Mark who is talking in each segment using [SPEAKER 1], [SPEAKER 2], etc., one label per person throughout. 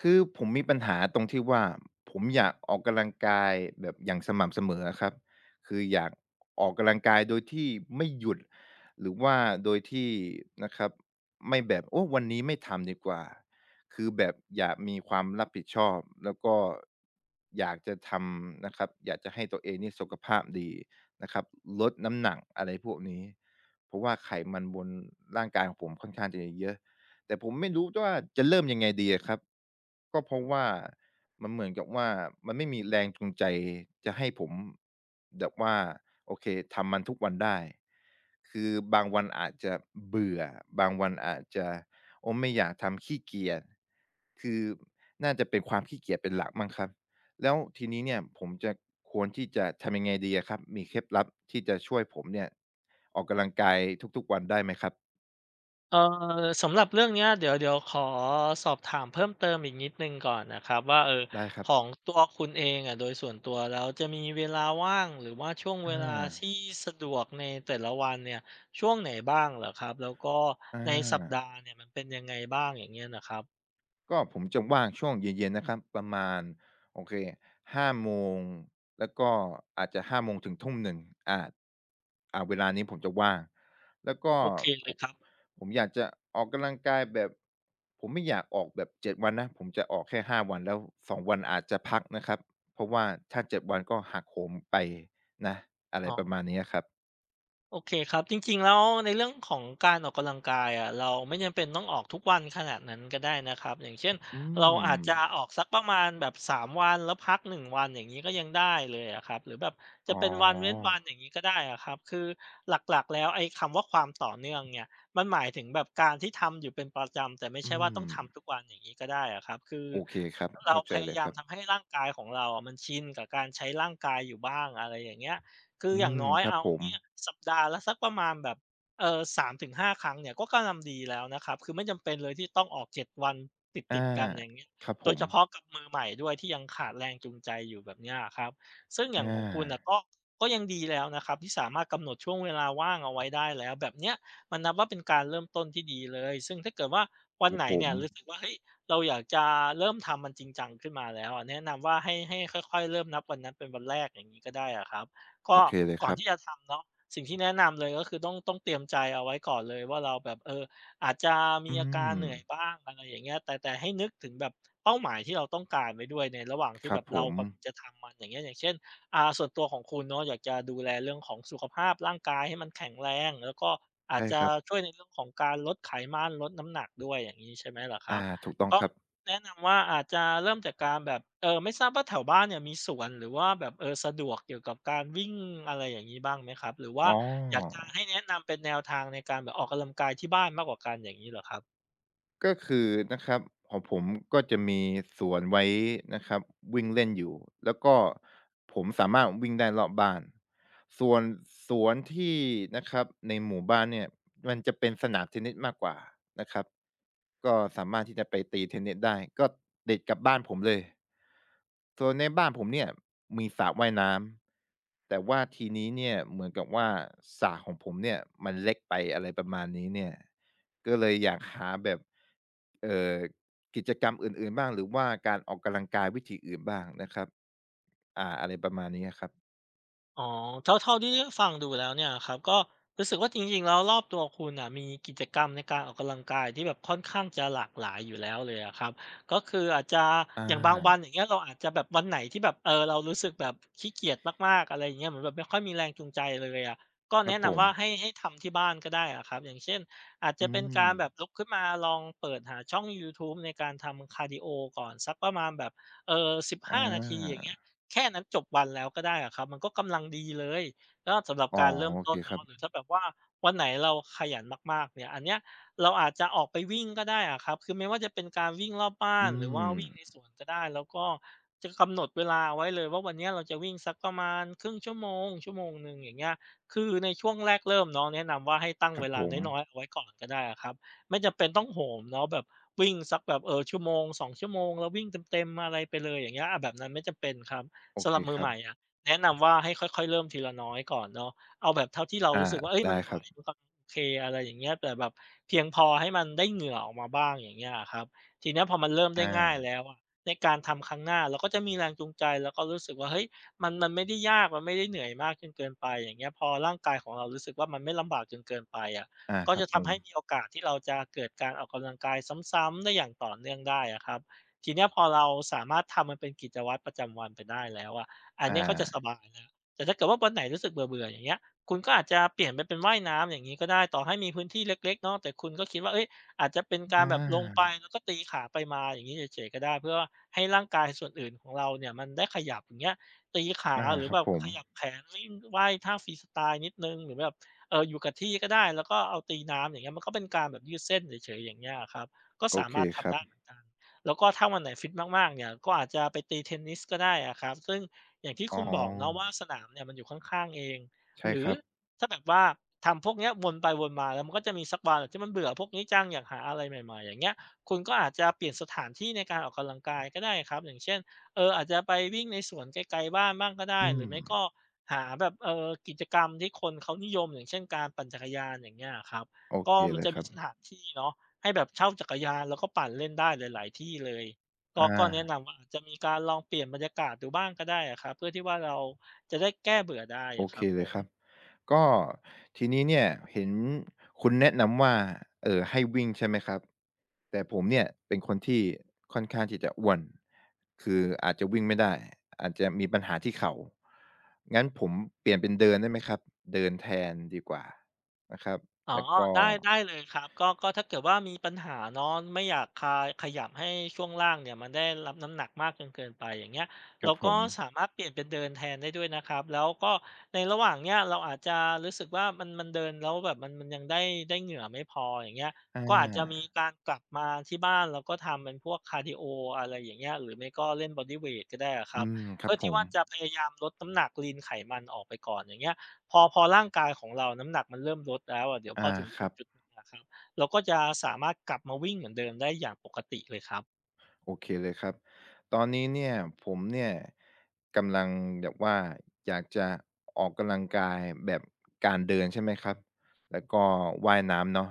[SPEAKER 1] คือผมมีปัญหาตรงที่ว่าผมอยากออกกำลังกายแบบอย่างสม่ำเสมออะครับคืออยากออกกำลังกายโดยที่ไม่หยุดหรือว่าโดยที่นะครับไม่แบบโอ้วันนี้ไม่ทำดีกว่าคือแบบอยากมีความรับผิดชอบแล้วก็อยากจะทำนะครับอยากจะให้ตัวเองนี่สุขภาพดีนะครับลดน้ำหนักอะไรพวกนี้เพราะว่าไขมันบนร่างกายของผมค่อนข้างจะเยอะ แต่ผมไม่รู้ว่าจะเริ่มยังไงดีอะครับก็เพราะว่ามันเหมือนกับว่ามันไม่มีแรงจูงใจจะให้ผมแบบว่าโอเคทำมันทุกวันได้คือบางวันอาจจะเบื่อบางวันอาจจะโอ้ไม่อยากทำขี้เกียจคือน่าจะเป็นความขี้เกียจเป็นหลักมั้งครับแล้วทีนี้เนี่ยผมจะควรที่จะทำยังไงดีอะครับมีเคล็ดลับที่จะช่วยผมเนี่ยออกกำลังกายทุกๆวันได้ไหมครับ
[SPEAKER 2] เอ่อสำหรับเรื่องเนี้ยเดี๋ยวขอสอบถามเพิ่มเติมอีกนิดหนึ่งก่อนนะครับว่า
[SPEAKER 1] ได้ครับ
[SPEAKER 2] ของตัวคุณเองอะโดยส่วนตัวแล้วจะมีเวลาว่างหรือว่าช่วงเว
[SPEAKER 1] อา
[SPEAKER 2] ลาที่สะดวกในแต่ละวันเนี่ยช่วงไหนบ้างเหรอครับแล้วก็
[SPEAKER 1] อ
[SPEAKER 2] ในสัปดา
[SPEAKER 1] า
[SPEAKER 2] ห์เนี่ยมันเป็นยังไงบ้างอย่างเงี้ยนะครับ
[SPEAKER 1] ก็ผมจะว่างช่วงเย็นๆนะครับประมาณโอเคห้าโมงแล้วก็อาจจะห้าโมงถึง1 ทุ่มอาอ่าเวลานี้ผมจะว่างแล้วก็
[SPEAKER 2] โอเคเล
[SPEAKER 1] ผ
[SPEAKER 2] ย
[SPEAKER 1] ม
[SPEAKER 2] ครับ
[SPEAKER 1] ผมอยากจะออกกำลังกายแบบผมไม่อยากออกแบบเจ็ดวันนะผมจะออกแค่5 วันแล้วสองวันอาจจะพักนะครับเพราะว่าถ้าเจ็ดวันก็หักโหมไปนะอะไร
[SPEAKER 2] อ๋อ
[SPEAKER 1] ประมาณนี้อะครับ
[SPEAKER 2] โอเคครับจริงๆแล้วในเรื่องของการออกกำลังกายอะเราไม่จำเป็นต้องออกทุกวันขนาดนั้นก็ได้นะครับอย่างเช่น
[SPEAKER 1] อื
[SPEAKER 2] เราอาจจะ
[SPEAKER 1] ม
[SPEAKER 2] ออกสักประมาณแบบสามวันแล้วพักหนึ่งวันอย่างนี้ก็ยังได้เลยอะครับหรือแบบ
[SPEAKER 1] อ๋
[SPEAKER 2] จะ
[SPEAKER 1] อ
[SPEAKER 2] เป็นวันเว้นวันอย่างนี้ก็ได้อะครับคือหลักๆแล้วไอ้คำว่าความต่อเนื่องเนี่ยมันหมายถึงแบบการที่ทำอยู่เป็นประจำแต่ไม่
[SPEAKER 1] อื
[SPEAKER 2] ใช่ว่าต้อ
[SPEAKER 1] ม
[SPEAKER 2] งทำทุกวันอย่างนี้ก็ได้อะครับคือ
[SPEAKER 1] โอเคครับ
[SPEAKER 2] เรา
[SPEAKER 1] เข้าใจ
[SPEAKER 2] พ
[SPEAKER 1] เล
[SPEAKER 2] ยา
[SPEAKER 1] ย
[SPEAKER 2] ยา
[SPEAKER 1] ค
[SPEAKER 2] ม
[SPEAKER 1] รับ
[SPEAKER 2] ทำให้ร่างกายของเราอะมันชินกับการใช้ร่างกายอยู่บ้างอะไรอย่างเงี้ย คือ
[SPEAKER 1] อื
[SPEAKER 2] อย่าง
[SPEAKER 1] ม
[SPEAKER 2] น้อย
[SPEAKER 1] ครับ
[SPEAKER 2] เอา
[SPEAKER 1] ผ
[SPEAKER 2] อย่าง
[SPEAKER 1] ม
[SPEAKER 2] เงี้ยสัปดาห์ละสักประมาณแบบสามถึงห3-5ครั้งเนี่ยก็กำลังดีแล้วนะครับคือไม่จำเป็นเลยที่ต้องออก7วันติด
[SPEAKER 1] อา
[SPEAKER 2] ติดกันอย่างเงี้ย
[SPEAKER 1] ครับผ
[SPEAKER 2] โดย
[SPEAKER 1] ม
[SPEAKER 2] เฉพาะกับมือใหม่ด้วยที่ยังขาดแรงจูงใจอยู่แบบเนี้ยครับซึ่งอ
[SPEAKER 1] อ
[SPEAKER 2] ย่างของคุณนะ
[SPEAKER 1] า
[SPEAKER 2] ก็ยังดีแล้วนะครับที่สามารถกำหนดช่วงเวลาว่างเอาไว้ได้แล้วแบบเนี้ยมันนับว่าเป็นการเริ่มต้นที่ดีเลยซึ่งถ้าเกิดว่าวั
[SPEAKER 1] ค
[SPEAKER 2] น
[SPEAKER 1] รับ
[SPEAKER 2] ไหน
[SPEAKER 1] ผ
[SPEAKER 2] เนี่
[SPEAKER 1] ม
[SPEAKER 2] ยรู้สึกว่าเฮ้ยเราอยากจะเริ่มทำมันจริงจังขึ้นมาแล้วอะแนะนำว่าให้ค่อยๆเริ่มนับวันนั้นเป็นวันแรกอย่างนี้ก็ได้อะครับ
[SPEAKER 1] โอ
[SPEAKER 2] ก็
[SPEAKER 1] เคเลย
[SPEAKER 2] ก่
[SPEAKER 1] ค
[SPEAKER 2] อน
[SPEAKER 1] รับ
[SPEAKER 2] ที่จะทำเนาะสิ่งที่แนะนำเลยก็คือต้องเตรียมใจเอาไว้ก่อนเลยว่าเราแบบอาจจะมี
[SPEAKER 1] อื
[SPEAKER 2] อาการเห
[SPEAKER 1] ม
[SPEAKER 2] นื่อยบ้างอะไรอย่างเงี้ยแต่ให้นึกถึงแบบเป้าหมายที่เราต้องการไว้ด้วยในระหว่าง
[SPEAKER 1] ค
[SPEAKER 2] ที่
[SPEAKER 1] รั
[SPEAKER 2] แบ
[SPEAKER 1] บ
[SPEAKER 2] บ
[SPEAKER 1] ผ
[SPEAKER 2] เรา
[SPEAKER 1] ม
[SPEAKER 2] กำลังจะทำมันอย่างเงี้ยอย่างเช่นอ่าส่วนตัวของคุณเนาะอยากจะดูแลเรื่องของสุขภาพร่างกายให้มันแข็งแรงแล้วก็อาจ
[SPEAKER 1] ใช่
[SPEAKER 2] จะ
[SPEAKER 1] ครับ
[SPEAKER 2] ช่วยในเรื่องของการลดไขมันลดน้ำหนักด้วยอย่างงี้ใช่ไหมล่ะครั
[SPEAKER 1] อา
[SPEAKER 2] บ
[SPEAKER 1] ถูกต้อง
[SPEAKER 2] ก็
[SPEAKER 1] ครับ
[SPEAKER 2] แนะนำว่าอาจจะเริ่มจากการแบบไม่ทราบว่าแถวบ้านเนี่ยมีสวนหรือว่าแบบสะดวกเกี่ยวกับการวิ่งอะไรอย่างงี้บ้างไหมครับหรือว่า
[SPEAKER 1] อ๋อ
[SPEAKER 2] อยากจะให้แนะนำเป็นแนวทางในการแบบออกกำลังกายที่บ้านมากกว่ากันอย่างงี้เหรอครับ
[SPEAKER 1] ก็คือนะครับของผมก็จะมีสวนไว้นะครับวิ่งเล่นอยู่แล้วก็ผมสามารถวิ่งได้รอบบ้านส่วนสวนที่นะครับในหมู่บ้านเนี่ยมันจะเป็นสนามเทนนิสมากกว่านะครับก็สามารถที่จะไปตีเทนนิสได้ก็ติดกลับบ้านผมเลยส่วนในบ้านผมเนี่ยมีสระว่ายน้ำแต่ว่าทีนี้เนี่ยเหมือนกับว่าสระของผมเนี่ยมันเล็กไปอะไรประมาณนี้เนี่ย ก็เลยอยากหาแบบเอ่อกิจกรรมอื่นๆบ้างหรือว่าการออกกำลังกายวิธีอื่นบ้างนะครับอ่าอะไรประมาณนี้อะครับ
[SPEAKER 2] อ๋อเท่าที่ฟังดูแล้วเนี่ยครับก็รู้สึกว่าจริงๆแล้วรอบตัวคุณน่ะมีกิจกรรมในการออกกำลังกายที่แบบค่อนข้างจะหลากหลายอยู่แล้วเลยอะครับก็คืออาจจะ
[SPEAKER 1] อ
[SPEAKER 2] อย่างบางวัน
[SPEAKER 1] า
[SPEAKER 2] อย่างเงี้ยเราอาจจะแบบวันไหนที่แบบเรารู้สึกแบบขี้เกียจมากๆอะไรอย่างเงี้ยเหมือนแบบไม่ค่อยมีแรงจูงใจเลยอะก็
[SPEAKER 1] ครั
[SPEAKER 2] แนะ
[SPEAKER 1] บผ
[SPEAKER 2] นำ
[SPEAKER 1] ม
[SPEAKER 2] ว่าให้ทำที่บ้านก็ได้อะครับอย่างเช่นอาจ
[SPEAKER 1] อื
[SPEAKER 2] จะเป็นการ
[SPEAKER 1] ม
[SPEAKER 2] แบบลุกขึ้นมาลองเปิดหาช่องยูทูบในการทำคาร์ดีโอก่อนสักประมาณแบบสิบ
[SPEAKER 1] อ
[SPEAKER 2] ห้านาทีอย่าง
[SPEAKER 1] า
[SPEAKER 2] เงี้ย แค่นั้นจบวันแล้วก็ได้อะครับมันก็กำลังดีเลยก็สำหรับ
[SPEAKER 1] อ๋อ
[SPEAKER 2] การเริ่ม
[SPEAKER 1] โอเค
[SPEAKER 2] ต้น
[SPEAKER 1] ครั
[SPEAKER 2] เนาะ
[SPEAKER 1] บ
[SPEAKER 2] หรือถ้าแบบว่าวันไหนเราขยันมากๆเนี่ยอันเนี้ยเราอาจจะออกไปวิ่งก็ได้อะครับคือไม่ว่าจะเป็นการวิ่งรอบบ้า
[SPEAKER 1] อื
[SPEAKER 2] นหรือว่า
[SPEAKER 1] ม
[SPEAKER 2] วิ่งในสวนก็ได้แล้วก็จะกำหนดเวลาเอาไว้เลยว่าวันเนี้ยเราจะวิ่งสักประมาณครึ่งชั่วโมงชั่วโมงหนึ่งอย่างเงี้ยคือในช่วงแรกเริ่มเนาะแนะนำว่าให้ตั้ง
[SPEAKER 1] ครั
[SPEAKER 2] เว
[SPEAKER 1] บผ
[SPEAKER 2] ลา
[SPEAKER 1] ม
[SPEAKER 2] น้อยๆเอาไว้ก่อนก็ได้อะครับไม่จำเป็นต้องโหมเนาะแบบวิ่งสักแบบชั่วโมง2ชั่วโมงแล้ววิ่งเต็มๆอะไรไปเลยอย่างเงี้ยอาแบบนั้นไม่จำเป็นครับ
[SPEAKER 1] โอ
[SPEAKER 2] สำห
[SPEAKER 1] เค
[SPEAKER 2] รับมื
[SPEAKER 1] ค
[SPEAKER 2] อ
[SPEAKER 1] รั
[SPEAKER 2] ให
[SPEAKER 1] บ
[SPEAKER 2] ม่อะแนะนำว่าให้ค่อยๆเริ่มทีละน้อยก่อนเนาะเอาแบบเท่าที่เรา
[SPEAKER 1] อา
[SPEAKER 2] รู้สึกว่าเฮ้ยมั
[SPEAKER 1] ได้
[SPEAKER 2] นไหว
[SPEAKER 1] ครับ
[SPEAKER 2] มันกำลังโอเคอะไรอย่างเงี้ยแต่แบบเพียงพอให้มันได้เหงื่อออกมาบ้างอย่างเงี้ยอะครับทีเนี้ยพอมันเริ่มได้
[SPEAKER 1] อา
[SPEAKER 2] ง่ายแล้วอะในการทำครั้งหน้าเราก็จะมีแรงจูงใจแล้วก็รู้สึกว่าเฮ้ยมันไม่ได้ยากมันไม่ได้เหนื่อยมากจนเกินไปอย่างเงี้ยพอร่างกายของเรารู้สึกว่ามันไม่ลำบากจนเกินไปอะ
[SPEAKER 1] อา
[SPEAKER 2] ก็
[SPEAKER 1] ครับ
[SPEAKER 2] จะ
[SPEAKER 1] ผ
[SPEAKER 2] ทำ
[SPEAKER 1] ม
[SPEAKER 2] ให้มีโอกาสที่เราจะเกิดการออกกำลังกายซ้ำๆได้อย่างต่อเนื่องได้อะครับ ทีเนี้ยพอเราสามารถทำมันเป็นกิจวัตรประจำวันไปได้แล้วอะอัน
[SPEAKER 1] อา
[SPEAKER 2] เนี้ยก็จะสบายแล้วแต่ถ้าเกิดว่าวันไหนรู้สึกเบื่อๆอย่างเงี้ยคุณก็อาจจะเปลี่ยนไปเป็นว่ายน้ำอย่างงี้ก็ได้ต่อให้มีพื้นที่เล็กๆเนาะแต่คุณก็คิดว่าเฮ้ยอาจจะเป็นการ
[SPEAKER 1] อ
[SPEAKER 2] แบบลงไป
[SPEAKER 1] า
[SPEAKER 2] แล้วก็ตีขาไปมาอย่างงี้เฉยๆก็ได้เพื่อให้ร่างกายส่วนอื่นของเราเนี่ยมันได้ขยับอย่างเงี้ยตีขา
[SPEAKER 1] อา
[SPEAKER 2] หรือ
[SPEAKER 1] ครั
[SPEAKER 2] แบ
[SPEAKER 1] บ
[SPEAKER 2] บ
[SPEAKER 1] ผม
[SPEAKER 2] ขยับแขนเล่นว่ายท่าฟรีสไตล์นิดหนึ่งหรือแบบอยู่กับที่ก็ได้แล้วก็เอาตีน้ำอย่างเงี้ยมันก็เป็นการแบบยืดเส้นเฉยๆอย่างเงี้ยอะครับก็
[SPEAKER 1] โอ
[SPEAKER 2] สา
[SPEAKER 1] เค
[SPEAKER 2] มารถ
[SPEAKER 1] ค
[SPEAKER 2] ทำ
[SPEAKER 1] รับ
[SPEAKER 2] ได้เหมือนกัน แล้วก็ถ้าวันไหนฟิตมากๆเนี่ยก็อาจจะไปตีเทนนิสก็ได้อะครับซึ่งอย่างที่
[SPEAKER 1] อ๋อ
[SPEAKER 2] คุณบอกเนาะว่าสนามเนี่ยมันอยู่ข้างๆเองห
[SPEAKER 1] ใช่
[SPEAKER 2] รื
[SPEAKER 1] ค
[SPEAKER 2] อ
[SPEAKER 1] รับ
[SPEAKER 2] ถ้าแบบว่าทำพวกเนี้ยวนไปวนมาแล้วมันก็จะมีสักวันที่มันเบื่อพวกนี้จังอยากหาอะไรใหม่ๆอย่างเงี้ยคุณก็อาจจะเปลี่ยนสถานที่ในการออกกำลังกายก็ได้ครับอย่างเช่นเอออาจจะไปวิ่งในสวนไกลๆบ้านบ้างก็ได้
[SPEAKER 1] อื
[SPEAKER 2] หรื
[SPEAKER 1] ม
[SPEAKER 2] อไม่ก็หาแบบเออกิจกรรมที่คนเขานิยมอย่างเช่นการปั่นจักรยานอย่างเงี้ยครับ
[SPEAKER 1] โอเค
[SPEAKER 2] ก็มัน
[SPEAKER 1] เลย
[SPEAKER 2] จะ
[SPEAKER 1] ค
[SPEAKER 2] มี
[SPEAKER 1] รับ
[SPEAKER 2] สถานที่เนาะ ให้แบบเช่าจักรยานแล้วก็ปั่นเล่นได้หลายๆที่เลย ก็
[SPEAKER 1] อา
[SPEAKER 2] ก็แนะนำว่าอาจจะมีการลองเปลี่ยนบรรยากาศดูบ้างก็ได้อะครับเพื่อที่ว่าเราจะได้แก้เบื่อได้
[SPEAKER 1] โอ
[SPEAKER 2] อะค
[SPEAKER 1] เค
[SPEAKER 2] รับผ
[SPEAKER 1] เลย
[SPEAKER 2] ม
[SPEAKER 1] ครับก็ทีนี้เนี่ยเห็นคุณแนะนำว่าให้วิ่งใช่ไหมครับแต่ผมเนี่ยเป็นคนที่ค่อนข้างที่จะอ้วนคืออาจจะวิ่งไม่ได้อาจจะมีปัญหาที่เข่างั้นผมเปลี่ยนเป็นเดินได้ไหมครับเดินแทนดีกว่านะครับ
[SPEAKER 2] อ๋อ
[SPEAKER 1] แล้วก็
[SPEAKER 2] ได้ได้เลยครับก็ถ้าเกิดว่ามีปัญหาเนาะไม่อยากคายขยับให้ช่วงล่างเนี่ยมันได้รับน้ำหนักมากจนเกินไปอย่างเงี้ย
[SPEAKER 1] ครั
[SPEAKER 2] เรา
[SPEAKER 1] บผ
[SPEAKER 2] ก็
[SPEAKER 1] ม
[SPEAKER 2] สามารถเปลี่ยนเป็นเดินแทนได้ด้วยนะครับแล้วก็ในระหว่างเนี้ยเราอาจจะรู้สึกว่ามันเดินแล้วแบบมันยังได้เหงื่อไม่พออย่างเงี้ย
[SPEAKER 1] อ
[SPEAKER 2] ก็อาจจะมี
[SPEAKER 1] า
[SPEAKER 2] การกลับมาที่บ้านแล้วก็ทำเป็นพวกคาร์ดีโออะไรอย่างเงี้ยหรือไม่ก็เล่นบอดีเวทก็ได้อะครั
[SPEAKER 1] อื
[SPEAKER 2] บ
[SPEAKER 1] มครั
[SPEAKER 2] เพื่
[SPEAKER 1] บ
[SPEAKER 2] อ
[SPEAKER 1] ผ
[SPEAKER 2] ที่
[SPEAKER 1] ม
[SPEAKER 2] ว่าจะพยายามลดน้ำหนักลีนไขมันออกไปก่อนอย่างเงี้ย พอร่างกายของเราน้ำหนักมันเริ่มลดแล้วอะเดี๋ยวพอ
[SPEAKER 1] อา
[SPEAKER 2] ถึง
[SPEAKER 1] ครับ
[SPEAKER 2] จุดๆหนึ่งอะครับเราก็จะสามารถกลับมาวิ่งเหมือนเดิมได้อย่างปกติเลยครับ
[SPEAKER 1] โอเคเลยครับตอนนี้เนี่ยผมเนี่ยกำลังแบบว่าอยากจะออกกำลังกายแบบการเดินใช่ไหมครับแล้วก็ว่ายน้ำเนาะ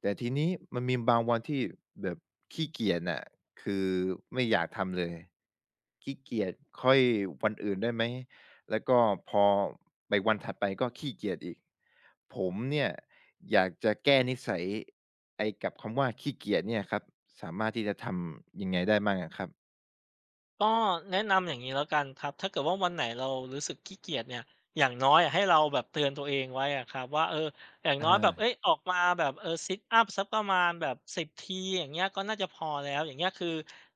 [SPEAKER 1] แต่ทีนี้มันมีบางวันที่แบบขี้เกียจน่ะคือไม่อยากทำเลยขี้เกียจค่อยวันอื่นได้ไหมแล้วก็พอไปวันถัดไปก็ขี้เกียจอีกผมเนี่ยอยากจะแก้นิสัย ไอ้กับคำว่าขี้เกียจเนี่ยครับสามารถที่จะทำยังไงได้บ้างอะครับ
[SPEAKER 2] ก็แนะนำอย่างนี้แล้วกันครับถ้าเกิดว่าวันไหนเรารู้สึกขี้เกียจเนี่ยอย่างน้อยอะให้เราแบบเตือนตัวเองไว้อะครับว่าเอออย่างน้อยแบบเอ้ย
[SPEAKER 1] อา
[SPEAKER 2] ออกมาแบบเออซิตอัพสักประมาณแบบ10ทีอย่างเงี้ยก็น่าจะพอแล้วอย่างเงี้ยคือ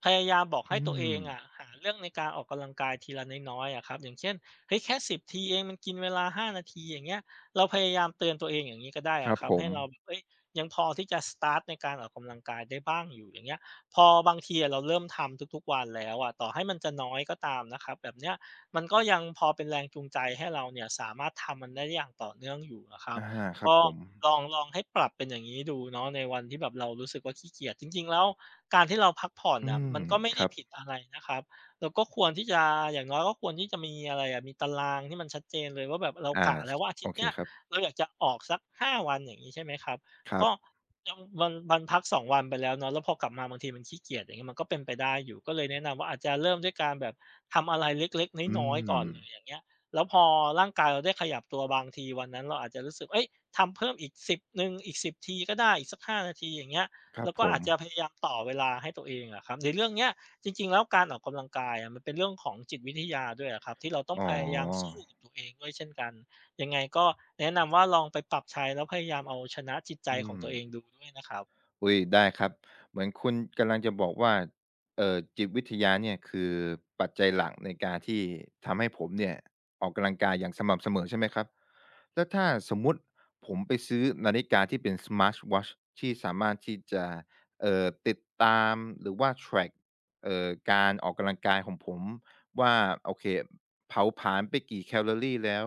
[SPEAKER 2] พยายามบอก
[SPEAKER 1] อื
[SPEAKER 2] ให้ตัวเอ
[SPEAKER 1] ม
[SPEAKER 2] งอะหาเรื่องในการออกกำลังกายทีละน้อยๆอะครับอย่างเช่นเฮ้ยแค่1บทีเองมันกินเวลา5 นาทีอย่างเงี้ยเราพยายามเตือนตัวเองอย่างงี้ก็ได้
[SPEAKER 1] ค
[SPEAKER 2] อะ
[SPEAKER 1] รับ
[SPEAKER 2] ครั
[SPEAKER 1] ผ
[SPEAKER 2] บให้
[SPEAKER 1] ม
[SPEAKER 2] เราแบบเอ้ยยังพอที่จะสตาร์ทในการออกกำลังกายได้บ้างอยู่อย่างเงี้ย พอบางทีอะเราเริ่มทำทุกๆวันแล้วอะต่อให้มันจะน้อยก็ตามนะครับแบบเนี้ยมันก็ยังพอเป็นแรงจูงใจให้เราเนี่ยสามารถทำมันได้อย่างต่อเนื่องอยู่อะครับ
[SPEAKER 1] อาครับ
[SPEAKER 2] ก็
[SPEAKER 1] ผม
[SPEAKER 2] ลองให้ปรับเป็นอย่างงี้ดูเนาะในวันที่แบบเรารู้สึกว่าขี้เกียจจริงๆแล้วการที่เราพักผ่อน
[SPEAKER 1] อื
[SPEAKER 2] น่ะ
[SPEAKER 1] ม
[SPEAKER 2] มันก็ไม่
[SPEAKER 1] ค
[SPEAKER 2] ได้
[SPEAKER 1] รับ
[SPEAKER 2] ผิดอะไรนะครับเราก็ควรที่จะอย่างน้อยก็ควรที่จะมีอะไรอะมีตารางที่มันชัดเจนเลยว่าแบบเรา
[SPEAKER 1] อา
[SPEAKER 2] กะ
[SPEAKER 1] ส
[SPEAKER 2] แล้วว่าอาทิ
[SPEAKER 1] โอ
[SPEAKER 2] ตย์
[SPEAKER 1] เค
[SPEAKER 2] เนี้ย
[SPEAKER 1] ครับ
[SPEAKER 2] เราอยากจะออกสัก5 วันอย่างงี้ใช่ไหมครับ
[SPEAKER 1] ครั
[SPEAKER 2] ก็
[SPEAKER 1] บ
[SPEAKER 2] ยังมันพัก2วันไปแล้วเนาะแล้วพอกลับมาบางทีมันขี้เกียจอย่างเงี้ยมันก็เป็นไปได้อยู่ก็เลยแนะนำว่าอาจจะเริ่มด้วยการแบบทำอะไรเล็ก
[SPEAKER 1] อื
[SPEAKER 2] ๆน้อยๆ
[SPEAKER 1] ม
[SPEAKER 2] ก่อนเลยอย่างเงี้ยแล้วพอร่างกายเราได้ขยับตัวบางทีวันนั้นเราอาจจะรู้สึกเฮ้ยทำเพิ่มอีก10หนึ่งอีกสิบทีก็ได้อีกสักห้านาทีอย่างเงี้ย
[SPEAKER 1] ครับ
[SPEAKER 2] เรา
[SPEAKER 1] ผ
[SPEAKER 2] ก็อา
[SPEAKER 1] ม
[SPEAKER 2] จจะพยายามต่อเวลาให้ตัวเองอะครับในเรื่องเนี้ยจริงๆแล้วการออกกำลังกายอะมันเป็นเรื่องของจิตวิทยาด้วยอะครับที่เราต้อง
[SPEAKER 1] อ๋อ
[SPEAKER 2] พยายามสู้กับตัวเองด้วยเช่นกัน ยังไงก็แนะนำว่าลองไปปรับใช้แล้วพยายามเอาชนะจิตใจ
[SPEAKER 1] อื
[SPEAKER 2] ของ
[SPEAKER 1] ม
[SPEAKER 2] ตัวเองดูด้วยนะครับ
[SPEAKER 1] อุ๊ยได้ครับเหมือนคุณกำลังจะบอกว่าจิตวิทยาเนี่ยคือปัจจัยหลักในการที่ทำให้ผมเนี่ยออกกำลังกายอย่างสม่ำเสมอใช่ไหมครับแล้วถ้าสมมุติผมไปซื้อนาฬิกาที่เป็น Smart Watch ที่สามารถที่จะติดตามหรือว่าแทร็กการออกกำลังกายของผมว่าโอเคเผาผลาญไปกี่แคลอรีแล้ว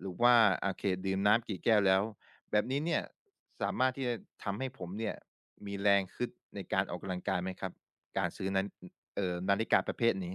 [SPEAKER 1] หรือว่าโอเคดื่มน้ำกี่แก้วแล้ว แบบนี้เนี่ยสามารถที่จะทำให้ผมเนี่ยมีแรงขึนในการออกกำลังกายไหมครับการซื้อนั้นอเอ่อนาฬิกาประเภทนี้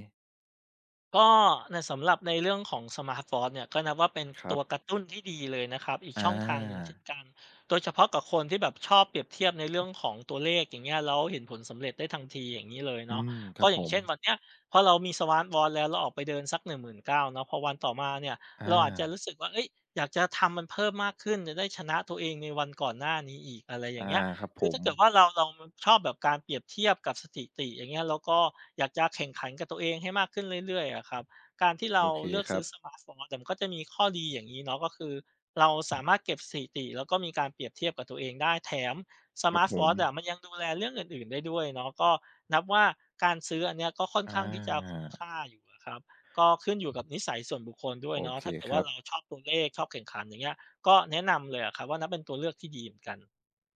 [SPEAKER 2] ก็ในสำหรับในเรื่องของสมาร์ทวอตเนี่ยก็นับว่าเป็น
[SPEAKER 1] ครั
[SPEAKER 2] ตั
[SPEAKER 1] บ
[SPEAKER 2] วกระตุ้นที่ดีเลยนะครับอีก
[SPEAKER 1] อ
[SPEAKER 2] ช่องทางหนึ่งเช่น
[SPEAKER 1] า
[SPEAKER 2] กันโดยเฉพาะกับคนที่แบบชอบเปรียบเทียบในเรื่องของตัวเลขอย่างเงี้ยแล้วเห็นผลสำเร็จได้ทันทีอย่างนี้เลย
[SPEAKER 1] อื
[SPEAKER 2] เนาะ
[SPEAKER 1] มค
[SPEAKER 2] ก็
[SPEAKER 1] รับ
[SPEAKER 2] อ
[SPEAKER 1] ผ
[SPEAKER 2] ย่าง
[SPEAKER 1] ม
[SPEAKER 2] เช่นวันเนี้ยพอเรามีสมาร์ทวอตแล้วเราออกไปเดินสัก19,000เนาะพอวันต่อมาเนี่ย
[SPEAKER 1] อา
[SPEAKER 2] เราอาจจะรู้สึกว่าเอ้ยอยากจะทำมันเพิ่มมากขึ้นจะได้ชนะตัวเองในวันก่อนหน้านี้อีกอะไรอย่าง
[SPEAKER 1] อา
[SPEAKER 2] เงี้ย
[SPEAKER 1] ครับผ
[SPEAKER 2] คือ
[SPEAKER 1] ม
[SPEAKER 2] ถ้าเกิดว่าเราชอบแบบการเปรียบเทียบกับสถิติอย่างเงี้ยแล้วก็อยากจะแข่งขันกับตัวเองให้มากขึ้นเรื่อยๆอะครับการที่เรา
[SPEAKER 1] โอเค
[SPEAKER 2] เลือก
[SPEAKER 1] ครั
[SPEAKER 2] ซื้อ
[SPEAKER 1] บ
[SPEAKER 2] สมาร์ตโฟนแต่มันก็จะมีข้อดีอย่างงี้เนาะก็คือเราสามารถเก็บสถิติแล้วก็มีการเปรียบเทียบกับตัวเองได้แถมส
[SPEAKER 1] ครั
[SPEAKER 2] มา
[SPEAKER 1] บ
[SPEAKER 2] ร์ต
[SPEAKER 1] ผ
[SPEAKER 2] วอ
[SPEAKER 1] ม
[SPEAKER 2] ตช์อะมันยังดูแลเรื่องอื่นๆได้ด้วยเนาะก็นับว่าการซื้ออันเนี้ยก็ค่อน
[SPEAKER 1] อ
[SPEAKER 2] ข้างที่จะคุ้
[SPEAKER 1] า
[SPEAKER 2] มค่าอยู่อะครับก็ขึ้นอยู่กับนิสัยส่วนบุคคลด้วย
[SPEAKER 1] โอ
[SPEAKER 2] เนาะ
[SPEAKER 1] เค
[SPEAKER 2] ถ้าเกิด
[SPEAKER 1] ค
[SPEAKER 2] ว่า
[SPEAKER 1] รับ
[SPEAKER 2] เราชอบตัวเลขชอบแข่งขันอย่างเงี้ยก็แนะนำเลยอะครับว่านับเป็นตัวเลือกที่ดีเหมือนกัน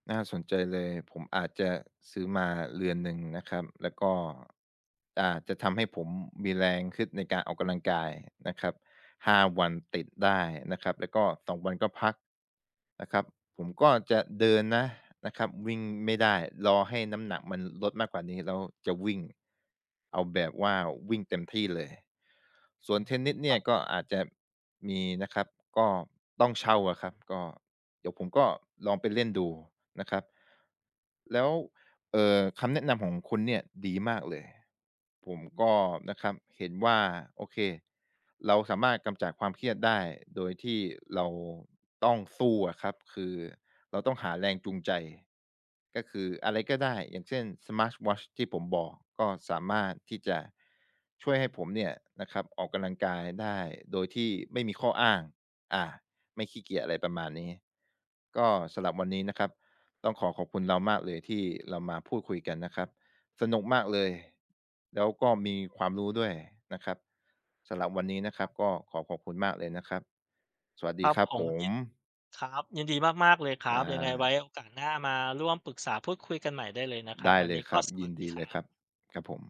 [SPEAKER 1] น่าสนใจเลยผมอาจจะซื้อมาเรือนหนึ่งนะครับแล้วก็จะทำให้ผมมีแรงขึนในการออกกำลังกายนะครับ หาวันติดได้นะครับแล้วก็สองวันก็พักนะครับผมก็จะเดินนะครับวิ่งไม่ได้รอให้น้ำหนักมันลดมากกว่านี้แล้วจะวิ่งเอาแบบว่าวิ่งเต็มที่เลยส่ว
[SPEAKER 2] อื
[SPEAKER 1] นเทน
[SPEAKER 2] ม
[SPEAKER 1] นิส
[SPEAKER 2] ค
[SPEAKER 1] เนี่
[SPEAKER 2] รั
[SPEAKER 1] ย
[SPEAKER 2] บผ
[SPEAKER 1] ก็
[SPEAKER 2] ม
[SPEAKER 1] อาจจะมีนะครับก็ต้องเช่าอะครับก็เดี๋ยวผมก็ลองไปเล่นดูนะครับแล้ว คำแนะนำของคุณเนี่ยดีมากเลยผมก็นะครับเห็นว่าโอเคเราสามารถกำจัดความเครียดได้โดยที่เราต้องสู้อะครับคือเราต้องหาแรงจูงใจก็คืออะไรก็ได้อย่างเช่น Smart Watch ที่ผมบอกก็สามารถที่จะช่วยให้ผมเนี่ยนะครับออกกำลังกายได้โดยที่ไม่มีข้ออ้างอาไม่ขี้เกียจอะไรประมาณนี้ก็สำหรับวันนี้นะครับ ต้องขอขอบคุณเรามากเลยที่เรามาพูดคุยกันนะครับสนุกมากเลยแล้วก็มีความรู้ด้วยนะครับสำหรับวันนี้นะครับก็ขอขอบคุณมากเลยนะครับสวัส
[SPEAKER 2] ค
[SPEAKER 1] ดี
[SPEAKER 2] รับ
[SPEAKER 1] ครับ
[SPEAKER 2] ผ
[SPEAKER 1] ผ
[SPEAKER 2] ม
[SPEAKER 1] ม
[SPEAKER 2] ยินครับยินดีมากๆเลยครั
[SPEAKER 1] อ่
[SPEAKER 2] บยังไงไว้
[SPEAKER 1] า
[SPEAKER 2] โอกาสหน้ามาร่วมปรึกษาพูดคุยกันใหม่ได้เลยนะครับ
[SPEAKER 1] ได้
[SPEAKER 2] วัน
[SPEAKER 1] เลย
[SPEAKER 2] นี้
[SPEAKER 1] ค
[SPEAKER 2] ก็
[SPEAKER 1] รับ
[SPEAKER 2] ส
[SPEAKER 1] ยิ
[SPEAKER 2] วัส
[SPEAKER 1] น
[SPEAKER 2] ดี
[SPEAKER 1] ดี
[SPEAKER 2] ค
[SPEAKER 1] เลย
[SPEAKER 2] รั
[SPEAKER 1] ครั
[SPEAKER 2] บ
[SPEAKER 1] บครับผม